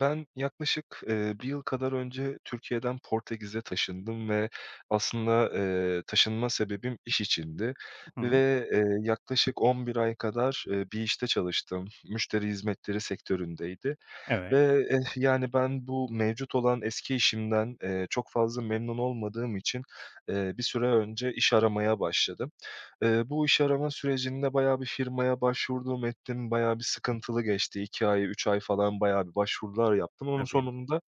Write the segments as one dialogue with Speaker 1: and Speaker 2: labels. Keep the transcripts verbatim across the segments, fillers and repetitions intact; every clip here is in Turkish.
Speaker 1: Ben yaklaşık, eee, bir yıl kadar önce Türkiye'den Portekiz'e taşındım ve aslında, eee, taşınma sebebim iş içindi
Speaker 2: Hı,
Speaker 1: ve, eee, yaklaşık on bir ay kadar, eee, bir işte çalıştım. Müşteri hizmetleri sektöründeydi.
Speaker 2: evet,
Speaker 1: Ve, eh, yani, ben bu mevcut olan eski işimden, eee, çok fazla memnun olmadığım için, eee, bir süre önce iş aramaya başladım. Eee, bu iş arama sürecinde bayağı bir firmaya başvurdum ettim. Bayağı bir sıkıntılı geçti. iki ay, üç ay falan bayağı bir başvurular yaptım. Onun
Speaker 2: tabii.
Speaker 1: sonunda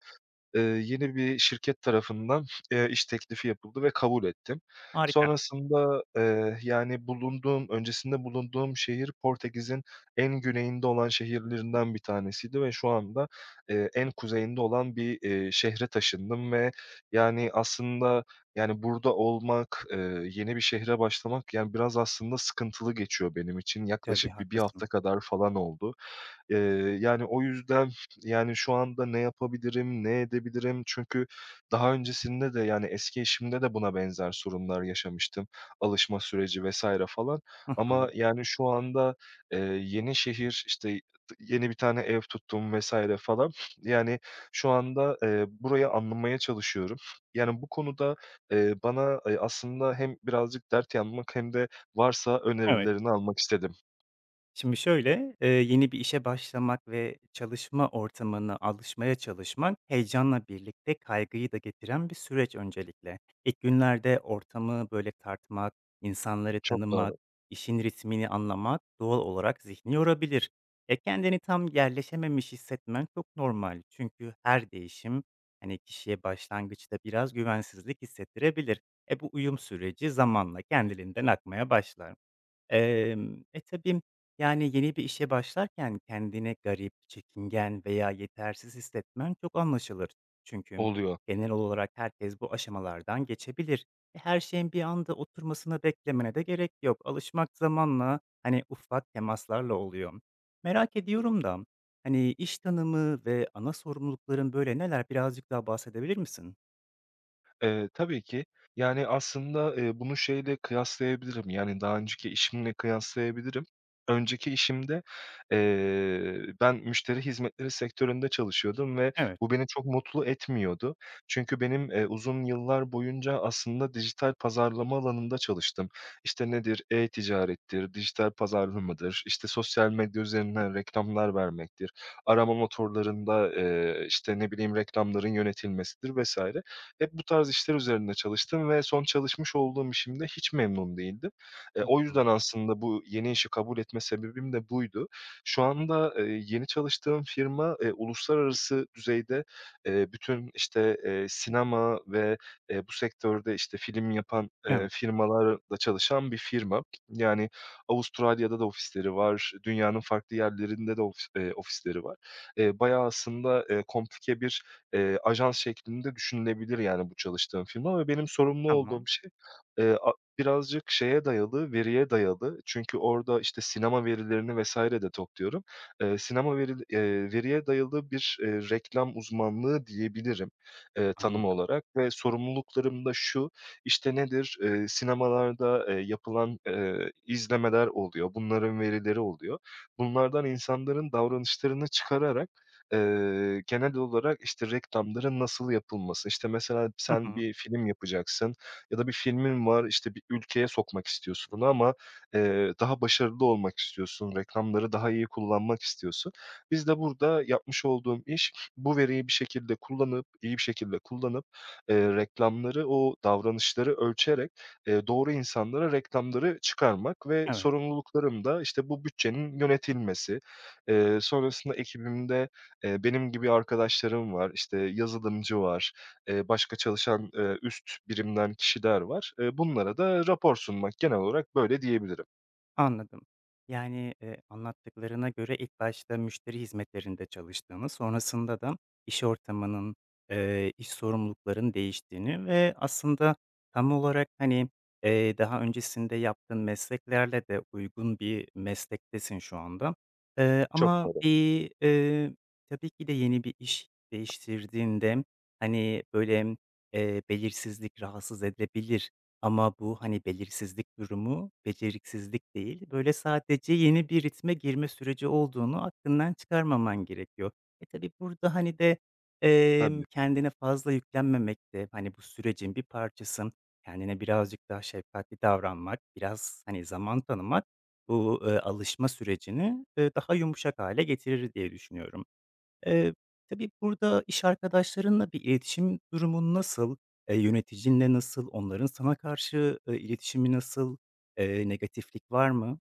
Speaker 1: Eee, yeni bir şirket tarafından, eee, iş teklifi yapıldı ve kabul ettim.
Speaker 2: Harika.
Speaker 1: Sonrasında, eee, yani, bulunduğum öncesinde bulunduğum şehir Portekiz'in en güneyinde olan şehirlerinden bir tanesiydi ve şu anda, eee, en kuzeyinde olan bir, eee, şehre taşındım ve, yani, aslında, yani, burada olmak, eee, yeni bir şehre başlamak, yani, biraz aslında sıkıntılı geçiyor benim için.
Speaker 2: Tabii,
Speaker 1: Yaklaşık bir bir
Speaker 2: haklısın.
Speaker 1: hafta kadar falan oldu. Eee, yani, o yüzden, yani, şu anda ne yapabilirim, ne edebilirim? Çünkü daha öncesinde de, yani, eski eşimde de buna benzer sorunlar yaşamıştım. Alışma süreci vesaire falan
Speaker 2: Hı
Speaker 1: ama,
Speaker 2: hı.
Speaker 1: yani, şu anda, eee, yeni şehir, işte, yeni bir tane ev tuttum vesaire falan. Yani, şu anda, eee, burayı anlamaya çalışıyorum. Yani, bu konuda, eee, bana, eee, aslında hem birazcık dert yanmak hem de varsa
Speaker 2: Evet.
Speaker 1: önerilerini almak istedim.
Speaker 2: Şimdi şöyle, eee, yeni bir işe başlamak ve çalışma ortamına alışmaya çalışmak, heyecanla birlikte kaygıyı da getiren bir süreç öncelikle. İlk günlerde ortamı böyle tartmak, insanları
Speaker 1: Çok
Speaker 2: tanımak,
Speaker 1: doğru.
Speaker 2: işin ritmini anlamak doğal olarak zihni yorabilir. E kendini tam yerleşememiş hissetmen çok normal. Çünkü her değişim hani kişiye başlangıçta biraz güvensizlik hissettirebilir. E bu uyum süreci zamanla kendiliğinden akmaya başlar. Emm, e, tabii, yani, yeni bir işe başlarken kendini garip, çekingen veya yetersiz hissetmen çok anlaşılır. Çünkü
Speaker 1: Oluyor.
Speaker 2: genel olarak herkes bu aşamalardan geçebilir. E, her şeyin bir anda oturmasını beklemene de gerek yok. Alışmak zamanla, hani, ufak temaslarla oluyor. Merak ediyorum da, hani, iş tanımı ve ana sorumlulukların, böyle, neler? Birazcık daha bahsedebilir misin?
Speaker 1: Eee, tabii ki. Yani, aslında, eee, bunu şeyle kıyaslayabilirim, yani, daha önceki işimle kıyaslayabilirim. Önceki işimde, eee, ben müşteri hizmetleri sektöründe çalışıyordum ve
Speaker 2: Evet.
Speaker 1: bu beni çok mutlu etmiyordu. Çünkü benim, eee, uzun yıllar boyunca aslında dijital pazarlama alanında çalıştım. İşte, nedir? E-ticarettir, dijital pazarlamadır, işte, sosyal medya üzerinden reklamlar vermektir, arama motorlarında, eee, işte, ne bileyim, reklamların yönetilmesidir vesaire. Hep bu tarz işler üzerinde çalıştım ve son çalışmış olduğum işimde hiç memnun değildim. Eee,
Speaker 2: Hı
Speaker 1: o
Speaker 2: hı.
Speaker 1: yüzden aslında bu yeni işi kabul etme sebebim de buydu. Şu anda, eee, yeni çalıştığım firma, eee, uluslararası düzeyde, eee, bütün, işte, eee, sinema ve, eee, bu sektörde, işte, film yapan, eee,
Speaker 2: Evet.
Speaker 1: firmalarla çalışan bir firma. Yani Avustralya'da da ofisleri var, dünyanın farklı yerlerinde de ofis eee, ofisleri var. Eee, bayağı aslında, eee, komplike bir eee, ajans şeklinde düşünülebilir yani bu çalıştığım firma ve benim sorumlu olduğum
Speaker 2: Tamam.
Speaker 1: şey, eee, a birazcık şeye dayalı, veriye dayalı. Çünkü orada, işte, sinema verilerini vesaire de topluyorum. Eee, sinema veri eee, veriye dayalı bir, eee, reklam uzmanlığı diyebilirim, eee, tanım
Speaker 2: Anladım.
Speaker 1: olarak ve sorumluluklarım da şu, işte, nedir? Eee, sinemalarda, eee, yapılan, eee, izlemeler oluyor, bunların verileri oluyor. Bunlardan insanların davranışlarını çıkararak Eee, genel olarak, işte, reklamların nasıl yapılması, işte, mesela
Speaker 2: Hı
Speaker 1: sen
Speaker 2: hı.
Speaker 1: bir film yapacaksın ya da bir filmin var, işte, bir ülkeye sokmak istiyorsun onu ama, eee, daha başarılı olmak istiyorsun, reklamları daha iyi kullanmak istiyorsun. Biz de burada yapmış olduğum iş, bu veriyi bir şekilde kullanıp, iyi bir şekilde kullanıp, eee, reklamları, o davranışları ölçerek, eee, doğru insanlara reklamları çıkarmak ve
Speaker 2: Evet.
Speaker 1: sorumluluklarım da, işte, bu bütçenin yönetilmesi. Eee, sonrasında ekibimde Eee, benim gibi arkadaşlarım var, işte, yazılımcı var, eee, başka çalışan, eee, üst birimden kişiler var. Eee, bunlara da rapor sunmak genel olarak böyle diyebilirim.
Speaker 2: Anladım. Yani, eee, anlattıklarına göre ilk başta müşteri hizmetlerinde çalıştığını, sonrasında da iş ortamının, eee, iş sorumluluklarının değiştiğini ve aslında tam olarak, hani, eee, daha öncesinde yaptığın mesleklerle de uygun bir meslektesin şu anda. Eee,
Speaker 1: Çok
Speaker 2: ama
Speaker 1: doğru.
Speaker 2: bir, eee, tabii ki de yeni bir iş değiştirdiğinde, hani, böyle, eee, belirsizlik rahatsız edebilir. Ama bu, hani, belirsizlik durumu, beceriksizlik değil, böyle, sadece yeni bir ritme girme süreci olduğunu aklından çıkarmaman gerekiyor. E, tabii burada, hani, de, emm,
Speaker 1: Tabii.
Speaker 2: kendine fazla yüklenmemek de, hani, bu sürecin bir parçası. Kendine birazcık daha şefkatli davranmak, biraz, hani, zaman tanımak bu, eee, alışma sürecini, eee, daha yumuşak hale getirir diye düşünüyorum. Eee, tabii burada iş arkadaşlarınla bir iletişim durumun nasıl? Eee, yöneticinle nasıl? Onların sana karşı, eee, iletişimi nasıl? Eee, negatiflik var mı?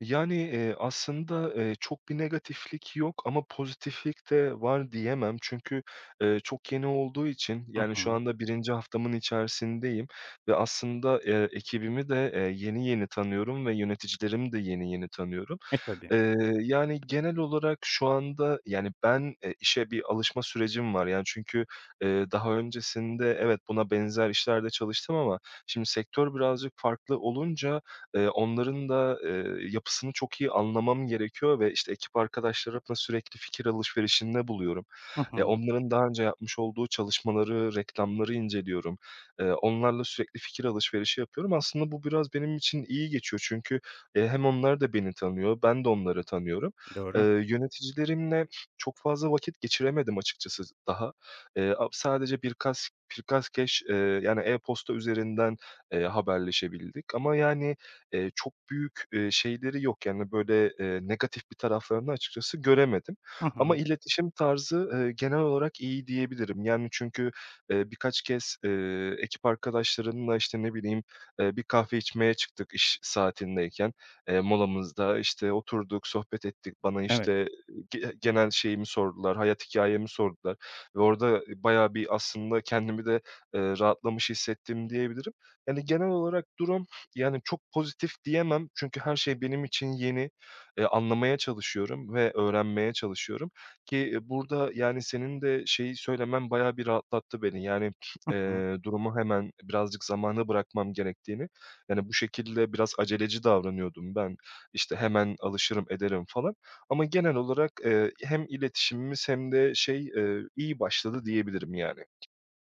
Speaker 1: Yani, eee, aslında, eee, çok bir negatiflik yok ama pozitiflik de var diyemem. Çünkü, eee, çok yeni olduğu için,
Speaker 2: Hı
Speaker 1: yani, şu
Speaker 2: hı.
Speaker 1: anda birinci haftamın içerisindeyim ve aslında, eee, ekibimi de, eee, yeni yeni tanıyorum ve yöneticilerimi de yeni yeni tanıyorum.
Speaker 2: E, tabii.
Speaker 1: Eee, yani, genel olarak şu anda, yani, ben, eee, işe bir alışma sürecim var. Yani, çünkü, eee, daha öncesinde evet, buna benzer işlerde çalıştım ama şimdi sektör birazcık farklı olunca, eee, onların da, eee, yapısını çok iyi anlamam gerekiyor ve, işte, ekip arkadaşlarımla sürekli fikir alışverişinde buluyorum.
Speaker 2: Hı
Speaker 1: Eee,
Speaker 2: hı.
Speaker 1: onların daha önce yapmış olduğu çalışmaları, reklamları inceliyorum. Eee, onlarla sürekli fikir alışverişi yapıyorum. Aslında bu biraz benim için iyi geçiyor çünkü Eee, hem onlar da beni tanıyor, ben de onları tanıyorum. Eee,
Speaker 2: Doğru.
Speaker 1: yöneticilerimle çok fazla vakit geçiremedim açıkçası daha. Eee, a Sadece birkaç birkaç, keş, eee, yani e-posta üzerinden, eee, haberleşebildik ama yani, eee, çok büyük, eee, şeyleri yok. Yani, böyle, eee, negatif bir taraflarını açıkçası göremedim
Speaker 2: Hı
Speaker 1: ama
Speaker 2: hı.
Speaker 1: iletişim tarzı, eee, genel olarak iyi diyebilirim. Yani, çünkü, eee, birkaç kez, eee, ekip arkadaşlarımla, işte, ne bileyim, eee, bir kahve içmeye çıktık iş saatindeyken. Eee, molamızda, işte, oturduk, sohbet ettik. Bana,
Speaker 2: Evet.
Speaker 1: işte, ge genel şeyimi sordular, hayat hikayemi sordular ve orada bayağı bir aslında kendimi de, eee, rahatlamış hissettim diyebilirim. Yani, genel olarak durum, yani, çok pozitif diyemem çünkü her şey benim için yeni. Eee, anlamaya çalışıyorum ve öğrenmeye çalışıyorum ki, eee, burada, yani, senin de şeyi söylemen bayağı bir rahatlattı beni. Yani,
Speaker 2: Hı hı.
Speaker 1: eee, durumu hemen birazcık zamana bırakmam gerektiğini yani, bu şekilde biraz aceleci davranıyordum ben. İşte, hemen alışırım ederim falan ama genel olarak, eee, hem iletişimimiz hem de şey, eee, iyi başladı diyebilirim yani.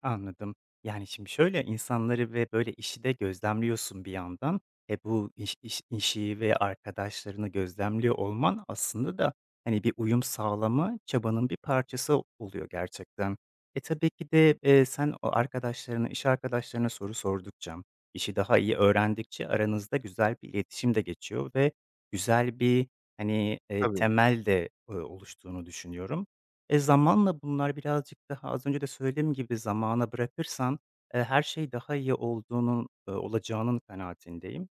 Speaker 2: Anladım. Yani, şimdi şöyle, insanları ve, böyle, işi de gözlemliyorsun bir yandan. E, bu iş iş işi ve arkadaşlarını gözlemliyor olman aslında da, hani, bir uyum sağlama çabanın bir parçası oluyor gerçekten. E, tabii ki de, eee, sen o arkadaşlarına, iş arkadaşlarına soru sordukça, işi daha iyi öğrendikçe aranızda güzel bir iletişim de geçiyor ve güzel bir, hani, eee,
Speaker 1: Tabii,
Speaker 2: temel de, eee, oluştuğunu düşünüyorum. E, zamanla bunlar birazcık daha az önce de söylediğim gibi zamana bırakırsan, eee, her şey daha iyi olduğunun, eee, olacağının kanaatindeyim.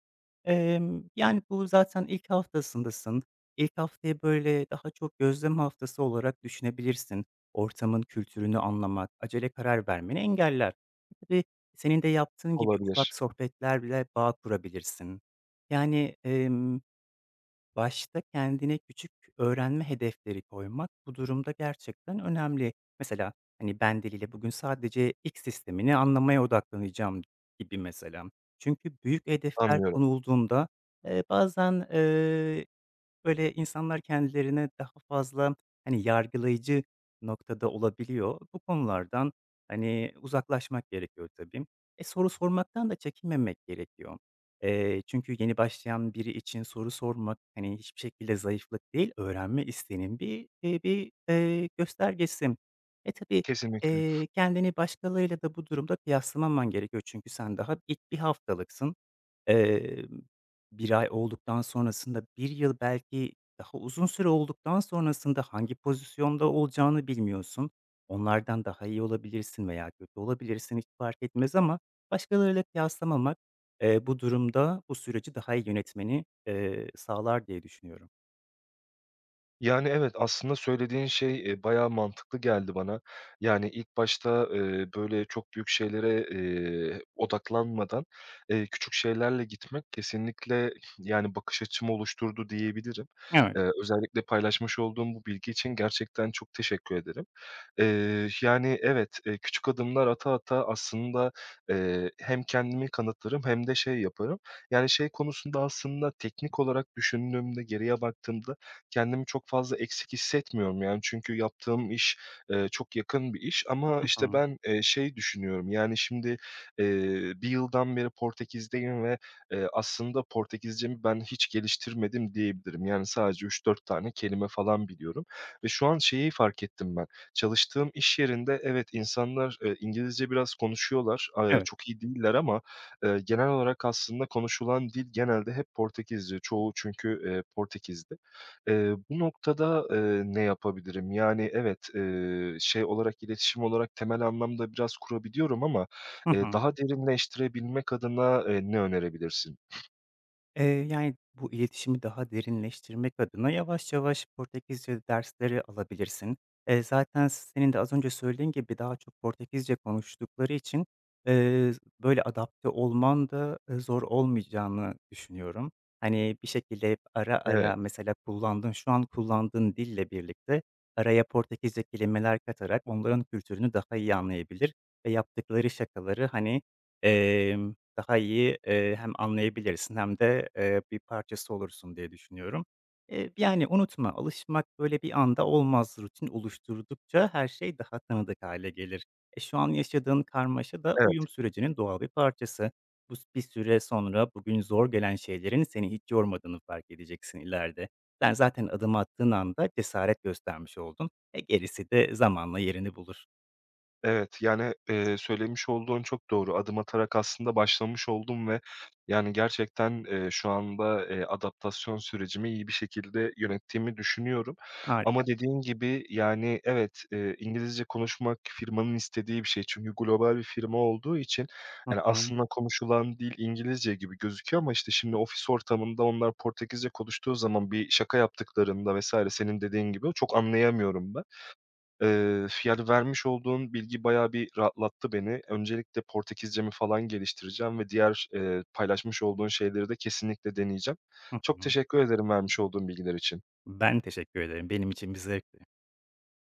Speaker 2: Emm, yani, bu zaten ilk haftasındasın. İlk haftayı, böyle, daha çok gözlem haftası olarak düşünebilirsin. Ortamın kültürünü anlamak, acele karar vermeni engeller. Tabii senin de yaptığın gibi ufak
Speaker 1: olabilir.
Speaker 2: sohbetlerle bağ kurabilirsin. Yani, başta kendine küçük öğrenme hedefleri koymak bu durumda gerçekten önemli. Mesela, hani, ben diliyle bugün sadece X sistemini anlamaya odaklanacağım gibi mesela. Çünkü büyük hedefler
Speaker 1: Anlıyorum.
Speaker 2: konulduğunda, eee, bazen, böyle, insanlar kendilerine daha fazla, hani, yargılayıcı noktada olabiliyor. Bu konulardan, hani, uzaklaşmak gerekiyor tabii. E, soru sormaktan da çekinmemek gerekiyor. Eee, çünkü yeni başlayan biri için soru sormak, hani, hiçbir şekilde zayıflık değil, öğrenme isteğinin bir, eee, bir, eee, göstergesi. E, tabii,
Speaker 1: Kesinlikle.
Speaker 2: eee, kendini başkalarıyla da bu durumda kıyaslamaman gerekiyor çünkü sen daha ilk bir haftalıksın. Emm, bir ay olduktan sonrasında, bir yıl belki daha uzun süre olduktan sonrasında hangi pozisyonda olacağını bilmiyorsun. Onlardan daha iyi olabilirsin veya kötü olabilirsin, hiç fark etmez ama başkalarıyla kıyaslamamak, eee, bu durumda bu süreci daha iyi yönetmeni, eee, sağlar diye düşünüyorum.
Speaker 1: Yani, evet, aslında söylediğin şey, eee, bayağı mantıklı geldi bana. Yani, ilk başta, eee, böyle, çok büyük şeylere, eee, odaklanmadan, eee, küçük şeylerle gitmek kesinlikle, yani, bakış açımı oluşturdu diyebilirim.
Speaker 2: Evet.
Speaker 1: Eee, özellikle paylaşmış olduğun bu bilgi için gerçekten çok teşekkür ederim. Eee, yani, evet, eee, küçük adımlar ata ata aslında, eee, hem kendimi kanıtlarım hem de şey yaparım. Yani, şey konusunda aslında teknik olarak düşündüğümde, geriye baktığımda kendimi çok fazla eksik hissetmiyorum yani. Çünkü yaptığım iş, eee, çok yakın bir iş ama,
Speaker 2: Hı
Speaker 1: işte,
Speaker 2: hı.
Speaker 1: ben, eee, şey düşünüyorum, yani, şimdi, eee, bir yıldan beri Portekiz'deyim ve, eee, aslında Portekizcemi ben hiç geliştirmedim diyebilirim. Yani, sadece üç dört tane kelime falan biliyorum ve şu an şeyi fark ettim ben, çalıştığım iş yerinde evet, insanlar, eee, İngilizce biraz konuşuyorlar, aaa,
Speaker 2: Evet.
Speaker 1: çok iyi değiller ama, eee, genel olarak aslında konuşulan dil genelde hep Portekizce. Çoğu çünkü, eee, Portekiz'de. Eee, bu noktada, eee, ne yapabilirim? Yani evet, eee, şey olarak, iletişim olarak temel anlamda biraz kurabiliyorum ama,
Speaker 2: Hı
Speaker 1: eee,
Speaker 2: hı.
Speaker 1: daha derinleştirebilmek adına, eee, ne önerebilirsin?
Speaker 2: Eee, yani, bu iletişimi daha derinleştirmek adına yavaş yavaş Portekizce dersleri alabilirsin. Eee, zaten senin de az önce söylediğin gibi daha çok Portekizce konuştukları için, eee, böyle adapte olman da, eee, zor olmayacağını düşünüyorum. Hani, bir şekilde hep ara
Speaker 1: Evet,
Speaker 2: ara mesela kullandığın, şu an kullandığın dille birlikte araya Portekizce kelimeler katarak onların kültürünü daha iyi anlayabilir ve yaptıkları şakaları, hani, daha iyi, eee, hem anlayabilirsin hem de, eee, bir parçası olursun diye düşünüyorum. Eee, yani, unutma, alışmak böyle bir anda olmaz. Rutin oluşturdukça her şey daha tanıdık hale gelir. E, şu an yaşadığın karmaşa da
Speaker 1: evet.
Speaker 2: uyum sürecinin doğal bir parçası. Bu s Bir süre sonra bugün zor gelen şeylerin seni hiç yormadığını fark edeceksin ileride. Sen zaten adım attığın anda cesaret göstermiş oldun. E, gerisi de zamanla yerini bulur.
Speaker 1: Evet, yani, eee, söylemiş olduğun çok doğru. Adım atarak aslında başlamış oldum ve yani gerçekten, eee, şu anda, eee, adaptasyon sürecimi iyi bir şekilde yönettiğimi düşünüyorum. Ama
Speaker 2: Harika.
Speaker 1: dediğin gibi, yani, evet, eee, İngilizce konuşmak firmanın istediği bir şey. Çünkü global bir firma olduğu için,
Speaker 2: Hı
Speaker 1: yani,
Speaker 2: hı.
Speaker 1: aslında konuşulan dil İngilizce gibi gözüküyor ama işte şimdi ofis ortamında onlar Portekizce konuştuğu zaman bir şaka yaptıklarında vesaire senin dediğin gibi çok anlayamıyorum ben. Eee, yani, vermiş olduğun bilgi bayağı bir rahatlattı beni. Öncelikle Portekizcemi falan geliştireceğim ve diğer, eee, paylaşmış olduğun şeyleri de kesinlikle deneyeceğim.
Speaker 2: Hı
Speaker 1: Çok
Speaker 2: hı.
Speaker 1: teşekkür ederim vermiş olduğun bilgiler için.
Speaker 2: Ben teşekkür ederim. Benim için bir zevkti.